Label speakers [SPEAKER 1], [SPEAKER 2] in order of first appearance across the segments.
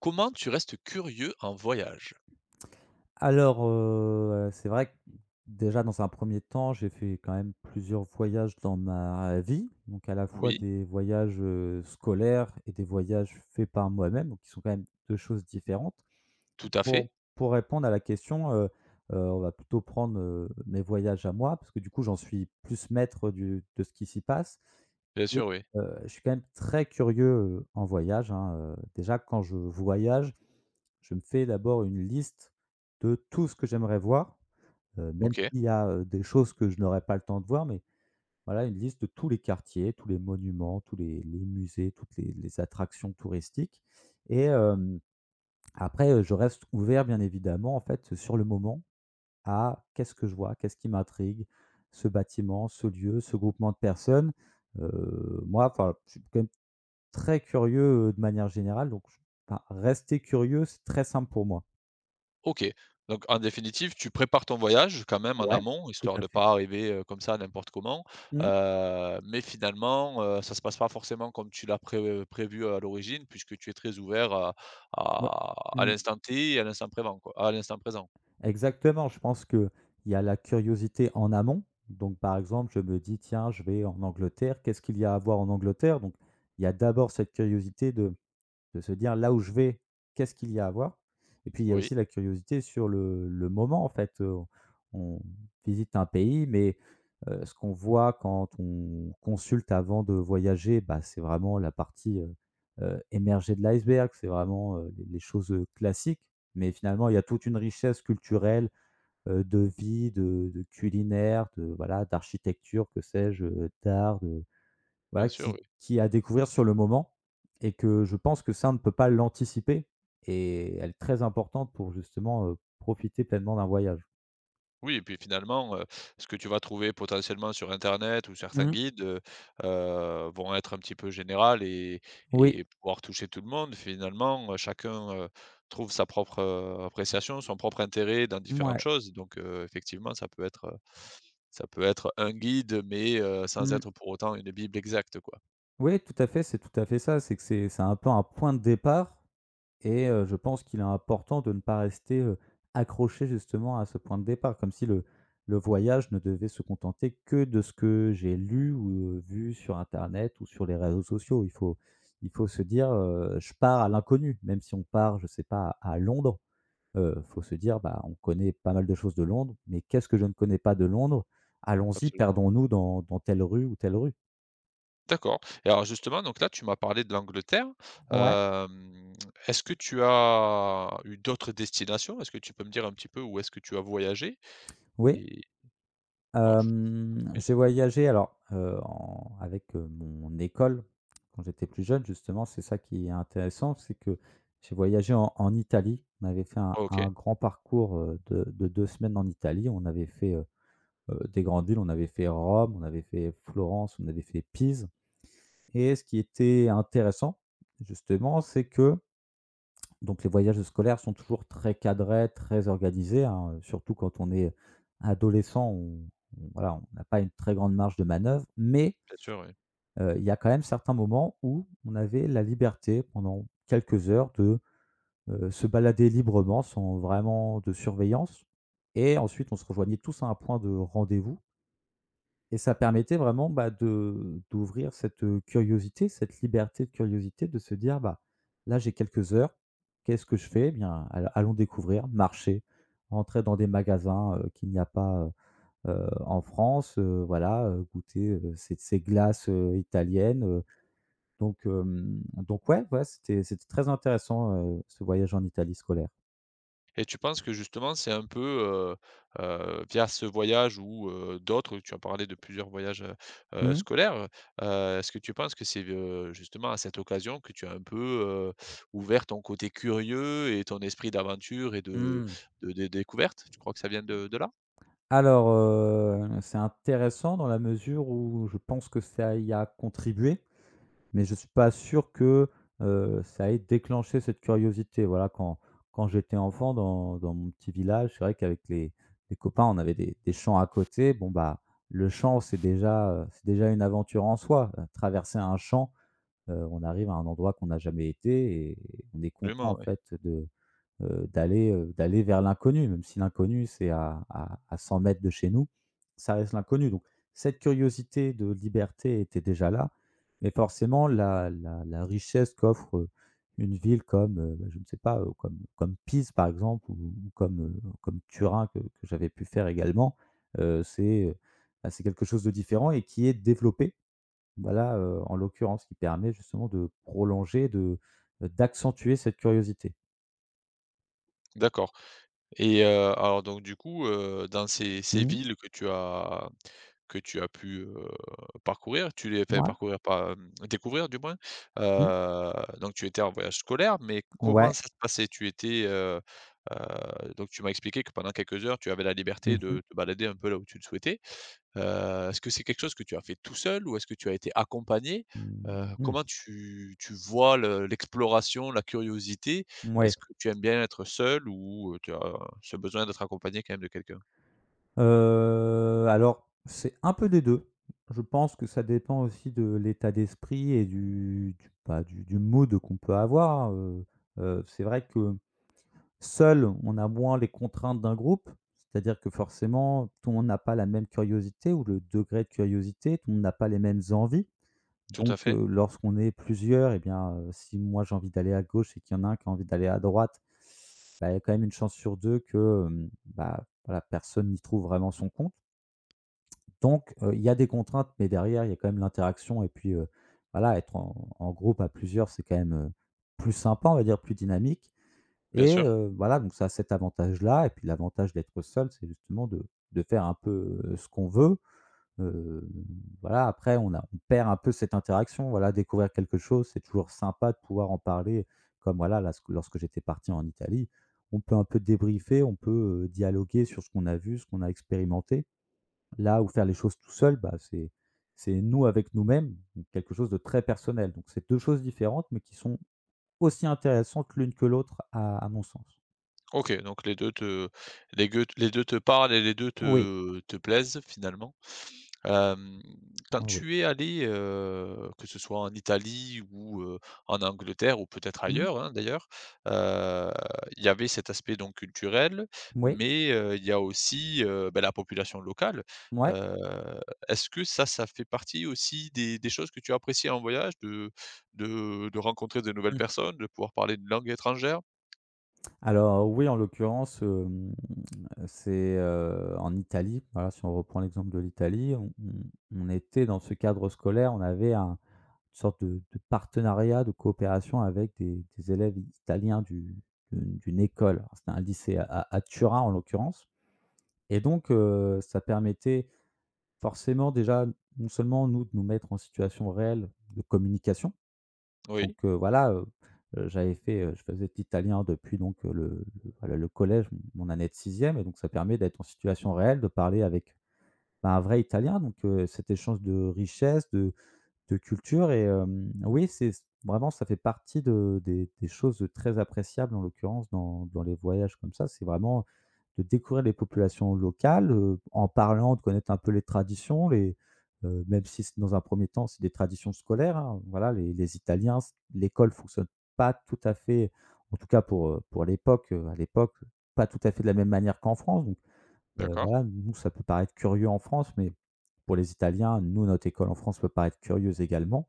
[SPEAKER 1] Comment tu restes curieux en voyage?
[SPEAKER 2] Alors, c'est vrai que déjà dans un premier temps, j'ai fait quand même plusieurs voyages dans ma vie, donc à la fois
[SPEAKER 1] Oui,
[SPEAKER 2] des voyages, scolaires et des voyages faits par moi-même, donc qui sont quand même 2 choses différentes.
[SPEAKER 1] tout à fait.
[SPEAKER 2] Pour pour répondre à la question, on va plutôt prendre, mes voyages à moi, parce que du coup, j'en suis plus maître du de ce qui s'y passe
[SPEAKER 1] Bien
[SPEAKER 2] et
[SPEAKER 1] sûr, oui.
[SPEAKER 2] je suis quand même très curieux, en voyage, hein, déjà quand je voyage, je me fais d'abord une liste de tout ce que j'aimerais voir, même
[SPEAKER 1] OK,
[SPEAKER 2] s'il y a, des choses que je n'aurais pas le temps de voir, mais voilà, une liste de tous les quartiers, tous les monuments, tous les musées, toutes les attractions touristiques. Et après, je reste ouvert bien évidemment, en fait, sur le moment à: «Qu'est-ce que je vois? Qu'est-ce qui m'intrigue? Ce bâtiment, ce lieu, ce groupement de personnes?» Moi, enfin, je suis quand même très curieux, de manière générale, donc je enfin, rester curieux, c'est très simple pour moi.
[SPEAKER 1] OK. Donc en définitive, tu prépares ton voyage quand même en
[SPEAKER 2] Ouais,
[SPEAKER 1] amont,
[SPEAKER 2] tout
[SPEAKER 1] histoire
[SPEAKER 2] à
[SPEAKER 1] de
[SPEAKER 2] fait.
[SPEAKER 1] pas arriver, comme ça n'importe comment,
[SPEAKER 2] Mmh.
[SPEAKER 1] mais finalement, ça se passe pas forcément comme tu l'as prévu à l'origine puisque tu es très ouvert à à
[SPEAKER 2] Ouais.
[SPEAKER 1] à
[SPEAKER 2] Mmh.
[SPEAKER 1] l'instant T et à l'instant prévent quoi à l'instant présent.
[SPEAKER 2] Exactement, je pense qu'il y a la curiosité en amont. Donc, par exemple, je me dis: «Tiens, je vais en Angleterre, qu'est-ce qu'il y a à voir en Angleterre?» donc il y a d'abord cette curiosité de se dire: «Là où je vais, qu'est-ce qu'il y a à voir?» Et puis il y a
[SPEAKER 1] Oui,
[SPEAKER 2] aussi la curiosité sur le moment en fait, on visite un pays mais ce qu'on voit quand on consulte avant de voyager, bah, c'est vraiment la partie, émergée de l'iceberg, c'est vraiment, les choses, classiques, mais finalement il y a toute une richesse culturelle, de vie, de culinaire, de voilà, d'architecture, que sais-je, d'art, de voilà,
[SPEAKER 1] bien sûr,
[SPEAKER 2] qui,
[SPEAKER 1] oui.
[SPEAKER 2] qui est à découvrir sur le moment, et que je pense que ça, on ne peut pas l'anticiper et elle est très importante pour justement, profiter pleinement d'un voyage.
[SPEAKER 1] Oui et puis finalement, ce que tu vas trouver potentiellement sur internet ou certains
[SPEAKER 2] Mmh.
[SPEAKER 1] guides, vont être un petit peu général et
[SPEAKER 2] Oui.
[SPEAKER 1] pouvoir toucher tout le monde. Finalement, chacun, trouve sa propre, appréciation, son propre intérêt dans différentes
[SPEAKER 2] Ouais.
[SPEAKER 1] choses. Donc effectivement, ça peut être un guide mais sans
[SPEAKER 2] Mmh.
[SPEAKER 1] être pour autant une bible exacte quoi.
[SPEAKER 2] Oui, tout à fait, c'est tout à fait ça. C'est que c'est un peu un point de départ. Et je pense qu'il est important de ne pas rester, accroché justement à ce point de départ, comme si le voyage ne devait se contenter que de ce que j'ai lu ou, vu sur internet ou sur les réseaux sociaux. Il faut se dire: «Je pars à l'inconnu», même si on part, je sais pas, à Londres, il faut se dire: «Bah, on connaît pas mal de choses de Londres, mais qu'est-ce que je ne connais pas de Londres? Allons-y,
[SPEAKER 1] Absolument.
[SPEAKER 2] perdons-nous dans telle rue ou telle rue».
[SPEAKER 1] D'accord et alors justement, donc là, tu m'as parlé de l'Angleterre.
[SPEAKER 2] Ouais.
[SPEAKER 1] Hem, est-ce que tu as eu d'autres destinations? Est-ce que tu peux me dire un petit peu où est-ce que tu as voyagé?
[SPEAKER 2] Oui.
[SPEAKER 1] Et alors je t'en prie.
[SPEAKER 2] J'ai voyagé alors, en avec, mon école quand j'étais plus jeune. Justement, c'est ça qui est intéressant, c'est que j'ai voyagé en Italie. On avait fait un
[SPEAKER 1] Ah, OK,
[SPEAKER 2] un grand parcours, de 2 semaines en Italie. On avait fait, des grandes villes, on avait fait Rome, on avait fait Florence, on avait fait Pise. Et ce qui était intéressant justement, c'est que donc les voyages scolaires sont toujours très cadrés, très organisés, hein, surtout quand on est adolescent, on voilà, on n'a pas une très grande marge de manœuvre, mais
[SPEAKER 1] bien sûr, oui.
[SPEAKER 2] il y a quand même certains moments où on avait la liberté pendant quelques heures de, se balader librement sans vraiment de surveillance, et ensuite on se rejoignait tous à un point de rendez-vous. Et ça permettait vraiment, bah, de d'ouvrir cette, curiosité, cette liberté de curiosité de se dire: «Bah, là, j'ai quelques heures, qu'est-ce que je fais? Eh bien, al allons découvrir, marcher, rentrer dans des magasins, qu'il n'y a pas, en France, voilà, goûter, ces glaces, italiennes», donc hem, donc ouais, ouais, c'était très intéressant, ce voyage en Italie scolaire.
[SPEAKER 1] Et tu penses que justement, c'est un peu, via ce voyage ou, d'autres, tu as parlé de plusieurs voyages,
[SPEAKER 2] Mmh.
[SPEAKER 1] scolaires, est-ce que tu penses que c'est, justement à cette occasion que tu as un peu, heu, ouvert ton côté curieux et ton esprit d'aventure et de
[SPEAKER 2] Mmh.
[SPEAKER 1] de découverte? Tu crois que ça vient de là?
[SPEAKER 2] Alors, c'est intéressant dans la mesure où je pense que ça y a contribué. Mais je suis pas sûr que, ça ait déclenché cette curiosité. Voilà, quand j'étais enfant dans mon petit village, c'est vrai qu'avec les copains, on avait des champs à côté. Bon, bah, le champ, c'est déjà une aventure en soi. Traverser un champ, on arrive à un endroit qu'on n'a jamais été et on est content en
[SPEAKER 1] Vraiment, ouais.
[SPEAKER 2] fait de d'aller vers l'inconnu, même si l'inconnu, c'est à 100 mètres de chez nous, ça reste l'inconnu. Donc cette curiosité de liberté était déjà là, mais forcément la richesse qu'offre, une ville comme, bah, je ne sais pas, comme Pise par exemple ou comme, comme Turin que j'avais pu faire également, c'est, bah, c'est quelque chose de différent et qui est développé, voilà, en l'occurrence, qui permet justement de prolonger, de d'accentuer cette curiosité.
[SPEAKER 1] D'accord. Et alors donc du coup, dans ces
[SPEAKER 2] Mmh mh.
[SPEAKER 1] villes que tu as pu, parcourir, tu les enfin parcourir pas, découvrir du moins,
[SPEAKER 2] Mmh.
[SPEAKER 1] heu, donc tu étais en voyage scolaire, mais
[SPEAKER 2] Ouais.
[SPEAKER 1] comment ça se passait? Tu étais, donc tu m'as expliqué que pendant quelques heures, tu avais la liberté
[SPEAKER 2] Mmh mh.
[SPEAKER 1] de te balader un peu là où tu le souhaitais. Est-ce que c'est quelque chose que tu as fait tout seul ou est-ce que tu as été accompagné?
[SPEAKER 2] Mmh mh.
[SPEAKER 1] Comment tu vois le l'exploration, la curiosité?
[SPEAKER 2] Mouais.
[SPEAKER 1] Est-ce que tu aimes bien être seul ou, tu as ce besoin d'être accompagné quand même de quelqu'un?
[SPEAKER 2] Alors, c'est un peu des 2. Je pense que ça dépend aussi de l'état d'esprit et du bah, du mood qu'on peut avoir, c'est vrai que seul, on a moins les contraintes d'un groupe. C'est-à-dire que forcément, tout le monde n'a pas la même curiosité ou le degré de curiosité, tout le monde n'a pas les mêmes envies.
[SPEAKER 1] Tout à
[SPEAKER 2] Donc
[SPEAKER 1] fait,
[SPEAKER 2] lorsqu'on est plusieurs, eh bien, si moi j'ai envie d'aller à gauche et qu'il y en a un qui a envie d'aller à droite, bah, il y a quand même une chance sur 2 que, bah, voilà, personne n'y trouve vraiment son compte. Donc, il y a des contraintes, mais derrière, il y a quand même l'interaction et puis, voilà, être en groupe à plusieurs, c'est quand même, plus sympa, on va dire, plus dynamique,
[SPEAKER 1] bien
[SPEAKER 2] et
[SPEAKER 1] sûr.
[SPEAKER 2] voilà, donc ça a cet avantage-là. Et puis l'avantage d'être seul, c'est justement de faire un peu, ce qu'on veut. Heu, voilà, après on perd un peu cette interaction, voilà, découvrir quelque chose, c'est toujours sympa de pouvoir en parler. Comme voilà, là, ce lorsque j'étais parti en Italie, on peut un peu débriefer, on peut, dialoguer sur ce qu'on a vu, ce qu'on a expérimenté. Là où faire les choses tout seul, bah, c'est nous avec nous-mêmes, donc quelque chose de très personnel. Donc c'est 2 choses différentes, mais qui sont aussi intéressantes l'une que l'autre à mon sens.
[SPEAKER 1] OK, donc les 2 te les 2 te parlent et les 2
[SPEAKER 2] Oui,
[SPEAKER 1] te plaisent finalement. Hem, quand
[SPEAKER 2] oui, oui.
[SPEAKER 1] tu es allé, que ce soit en Italie ou, en Angleterre ou peut-être
[SPEAKER 2] Mmh.
[SPEAKER 1] ailleurs, hein, d'ailleurs, heu, il y avait cet aspect donc culturel,
[SPEAKER 2] Oui,
[SPEAKER 1] mais, il y a aussi, bah, la population locale. Heu,
[SPEAKER 2] mouais.
[SPEAKER 1] est-ce que ça fait partie aussi des choses que tu apprécies en voyage, de de rencontrer de nouvelles personnes, de pouvoir parler une langue étrangère?
[SPEAKER 2] Alors oui, en l'occurrence, c'est, en Italie. Voilà, si on reprend l'exemple de l'Italie, on était dans ce cadre scolaire, on avait un une sorte de partenariat, de coopération avec des élèves italiens du d'une d'une école. Alors c'était un lycée à à Turin, en l'occurrence, et donc ça permettait forcément déjà, non seulement nous, de nous mettre en situation réelle de communication. Donc
[SPEAKER 1] Oui,
[SPEAKER 2] voilà, je faisais de l'italien depuis donc le voilà, le collège, mon année de sixième, et donc ça permet d'être en situation réelle, de parler avec, bah, un vrai italien. Donc cet échange de richesse, de culture, et oui, c'est vraiment, ça fait partie de des choses de très appréciables en l'occurrence dans les voyages comme ça. C'est vraiment de découvrir les populations locales, en parlant, de connaître un peu les traditions, les même si c'est, dans un premier temps, c'est des traditions scolaires, hein. Voilà, les Italiens, c l'école fonctionne pas tout à fait, en tout cas à l'époque, pas tout à fait de la même manière qu'en France.
[SPEAKER 1] d'accord.
[SPEAKER 2] Voilà, nous, ça peut paraître curieux en France, mais pour les Italiens, nous, notre école en France peut paraître curieuse également.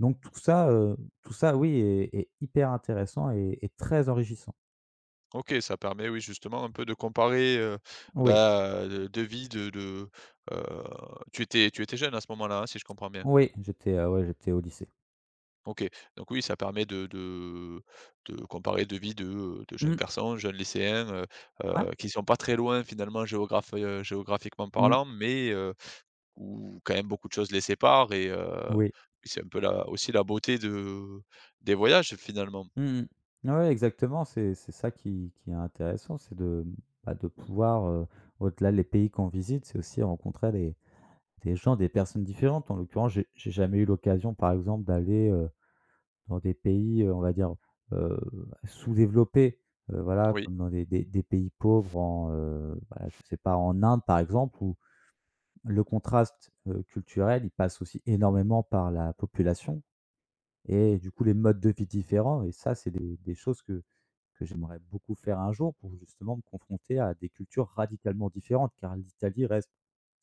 [SPEAKER 2] Donc tout ça, oui, est hyper intéressant et très enrichissant.
[SPEAKER 1] OK, ça permet, oui, justement, un peu de comparer,
[SPEAKER 2] Oui,
[SPEAKER 1] bah, de vie heu, tu étais jeune à ce moment-là, hein, si je comprends bien?
[SPEAKER 2] oui, ouais, j'étais au lycée.
[SPEAKER 1] OK, donc oui, ça permet de de comparer de vie de jeunes
[SPEAKER 2] Mmh.
[SPEAKER 1] garçons, jeunes lycéens,
[SPEAKER 2] Ouais.
[SPEAKER 1] qui sont pas très loin finalement géographe géographiquement
[SPEAKER 2] Mmh.
[SPEAKER 1] parlant, mais, où quand même beaucoup de choses les séparent et
[SPEAKER 2] Oui.
[SPEAKER 1] c'est un peu la aussi la beauté de des voyages finalement.
[SPEAKER 2] Mmh mh. Ouais, exactement, c'est ça qui est intéressant, c'est de, bah, de pouvoir, au-delà les pays qu'on visite, c'est aussi rencontrer des gens, des personnes différentes. En l'occurrence, j'ai jamais eu l'occasion, par exemple, d'aller, dans des pays, on va dire, heu, sous-développés, voilà,
[SPEAKER 1] Oui,
[SPEAKER 2] comme dans des pays pauvres en, bah, je sais pas, en Inde par exemple où le contraste, culturel, il passe aussi énormément par la population et du coup les modes de vie différents et ça, c'est des choses que j'aimerais beaucoup faire un jour pour justement me confronter à des cultures radicalement différentes, car l'Italie reste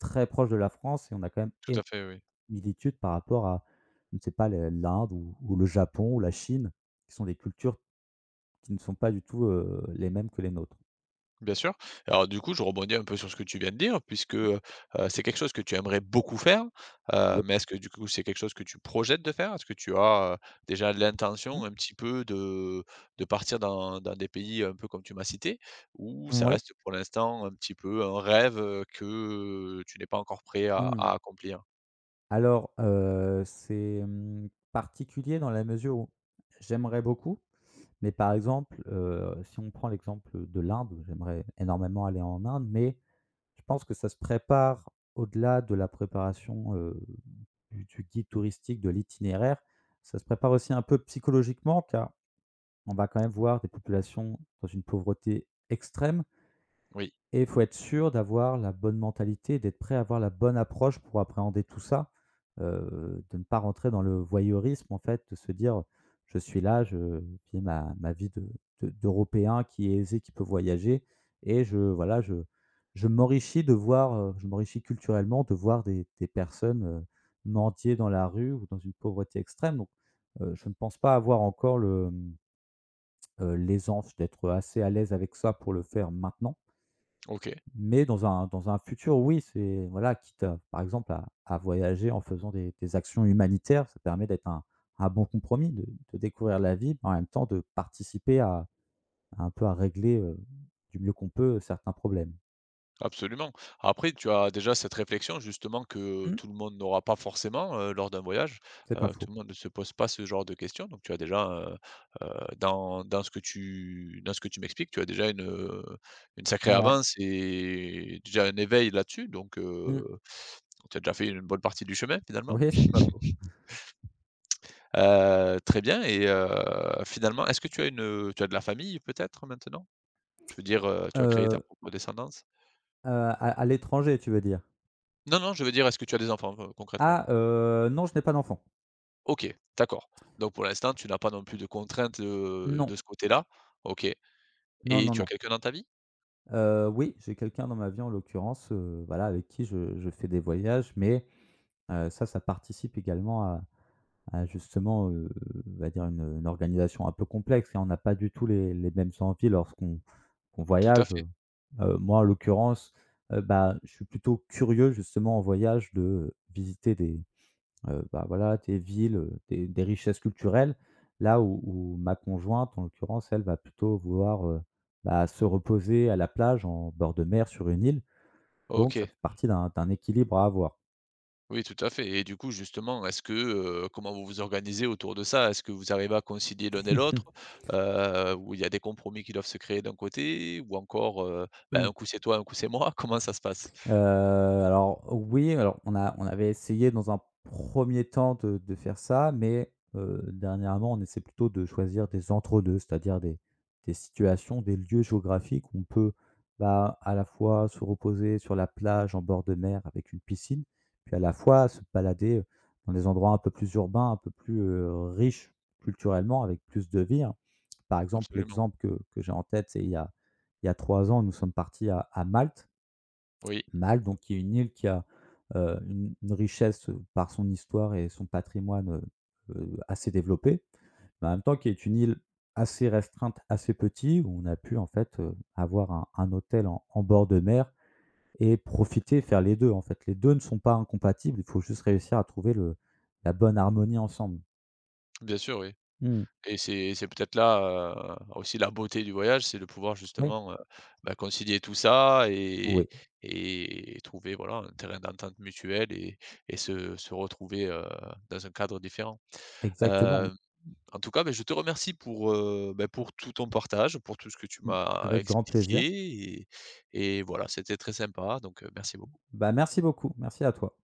[SPEAKER 2] très proche de la France et on a quand même
[SPEAKER 1] tout à
[SPEAKER 2] énormément
[SPEAKER 1] fait, oui.
[SPEAKER 2] de similitudes par rapport à, je ne sais pas, le l'Inde ou le Japon ou la Chine qui sont des cultures qui ne sont pas du tout, les mêmes que les nôtres.
[SPEAKER 1] Bien sûr. Alors du coup, je rebondis un peu sur ce que tu viens de dire, puisque, c'est quelque chose que tu aimerais beaucoup faire,
[SPEAKER 2] Oui.
[SPEAKER 1] mais est-ce que du coup, c'est quelque chose que tu projettes de faire? Est-ce que tu as, déjà
[SPEAKER 2] Mmh.
[SPEAKER 1] l'intention un petit peu de partir dans des pays un peu comme tu m'as cité? Ou ça
[SPEAKER 2] Oui.
[SPEAKER 1] reste pour l'instant un petit peu un rêve, que, tu n'es pas encore prêt à
[SPEAKER 2] Mmh.
[SPEAKER 1] accomplir?
[SPEAKER 2] Alors, c'est, particulier dans la mesure où j'aimerais beaucoup, mais par exemple, si on prend l'exemple de l'Inde, j'aimerais énormément aller en Inde, mais je pense que ça se prépare au-delà de la préparation, du guide touristique, de l'itinéraire. Ça se prépare aussi un peu psychologiquement, car on va quand même voir des populations dans une pauvreté extrême.
[SPEAKER 1] Oui,
[SPEAKER 2] Et il faut être sûr d'avoir la bonne mentalité, d'être prêt à avoir la bonne approche pour appréhender tout ça, de ne pas rentrer dans le voyeurisme, en fait, de se dire: «Je suis là, je vis ma vie de d'Européen qui est aisé, qui peut voyager et je, voilà, je m'enrichis de voir, je m'enrichis culturellement de voir des personnes, mendier dans la rue ou dans une pauvreté extrême», donc je ne pense pas avoir encore le, l'aisance d'être assez à l'aise avec ça pour le faire maintenant.
[SPEAKER 1] OK.
[SPEAKER 2] Mais dans un futur, oui, c'est, voilà, quitte à par exemple à voyager en faisant des actions humanitaires, ça permet d'être un bon compromis, de découvrir la vie, mais en même temps de participer à un peu à régler, du mieux qu'on peut, certains problèmes.
[SPEAKER 1] Absolument. Après, tu as déjà cette réflexion justement que
[SPEAKER 2] Mmh,
[SPEAKER 1] tout le monde n'aura pas forcément lors d'un voyage.
[SPEAKER 2] c'est pas faux.
[SPEAKER 1] Tout le monde ne se pose pas ce genre de questions. Donc, tu as déjà dans, dans ce que tu dans ce que tu m'expliques, tu as déjà une sacrée
[SPEAKER 2] Ouais,
[SPEAKER 1] avance et déjà un éveil là-dessus. Donc,
[SPEAKER 2] mmh,
[SPEAKER 1] tu as déjà fait une bonne partie du chemin finalement.
[SPEAKER 2] oui, c'est pas faux.
[SPEAKER 1] Très bien. Et finalement, est-ce que tu as une tu as de la famille peut-être maintenant? Je veux dire, tu as créé ta
[SPEAKER 2] Heu
[SPEAKER 1] propre descendance?
[SPEAKER 2] à l'étranger, tu veux dire?
[SPEAKER 1] Non, non, je veux dire, est-ce que tu as des enfants concrètement?
[SPEAKER 2] Ah, non, je n'ai pas d'enfant.
[SPEAKER 1] OK, d'accord. Donc pour l'instant, tu n'as pas non plus de contraintes,
[SPEAKER 2] Non,
[SPEAKER 1] de ce côté-là. OK
[SPEAKER 2] non,
[SPEAKER 1] et
[SPEAKER 2] non,
[SPEAKER 1] tu as
[SPEAKER 2] non.
[SPEAKER 1] quelqu'un dans ta vie?
[SPEAKER 2] Oui, j'ai quelqu'un dans ma vie, en l'occurrence, voilà, avec qui je fais des voyages, mais ça, ça participe également à justement, on va dire une organisation un peu complexe, et on n'a pas du tout les mêmes envies lorsqu'on qu'on
[SPEAKER 1] Tout à
[SPEAKER 2] voyage,
[SPEAKER 1] fait.
[SPEAKER 2] Moi, en l'occurrence, bah, je suis plutôt curieux justement en voyage de visiter des, bah, voilà, des villes, des richesses culturelles. Là où ma conjointe, en l'occurrence, elle va plutôt vouloir, bah, se reposer à la plage, en bord de mer, sur une île. Donc ça
[SPEAKER 1] OK.
[SPEAKER 2] fait partie d'un équilibre à avoir.
[SPEAKER 1] Oui, tout à fait et du coup, justement, est-ce que, comment vous vous organisez autour de ça? Est-ce que vous arrivez à concilier l'un et l'autre? Ou il y a des compromis qui doivent se créer d'un côté? Ou encore, ben, un coup c'est toi, un coup c'est moi? Comment ça se passe?
[SPEAKER 2] Alors oui, alors on a on avait essayé dans un premier temps de faire ça, mais dernièrement, on essaie plutôt de choisir des entre-deux, c'est-à-dire des situations, des lieux géographiques où on peut, bah, à la fois se reposer sur la plage en bord de mer avec une piscine, puis à la fois se balader, dans des endroits un peu plus urbains, un peu plus, riches culturellement, avec plus de vie, hein. Par exemple,
[SPEAKER 1] Absolument.
[SPEAKER 2] l'exemple que j'ai en tête, c'est il y a 3 ans, nous sommes partis à Malte.
[SPEAKER 1] Oui,
[SPEAKER 2] Malte, donc, qui est une île qui a, une richesse, par son histoire et son patrimoine, assez développé, mais en même temps qui est une île assez restreinte, assez petite, où on a pu, en fait, avoir un hôtel en en bord de mer et profiter, faire les 2 en fait. Les 2 ne sont pas incompatibles, il faut juste réussir à trouver le la bonne harmonie ensemble.
[SPEAKER 1] bien sûr, oui
[SPEAKER 2] Mmh,
[SPEAKER 1] et c'est peut-être là, aussi la beauté du voyage, c'est de pouvoir
[SPEAKER 2] oui,
[SPEAKER 1] justement, bah, concilier tout ça
[SPEAKER 2] oui,
[SPEAKER 1] et trouver, voilà, un terrain d'entente mutuelle et se retrouver, dans un cadre différent.
[SPEAKER 2] exactement,
[SPEAKER 1] Heu, en tout cas, ben je te remercie pour, bah, pour tout ton partage, pour tout ce que tu
[SPEAKER 2] mmh,
[SPEAKER 1] m'as
[SPEAKER 2] avec grand plaisir.
[SPEAKER 1] expliqué et voilà, c'était très sympa donc, merci beaucoup.
[SPEAKER 2] Bah, merci beaucoup, merci à toi.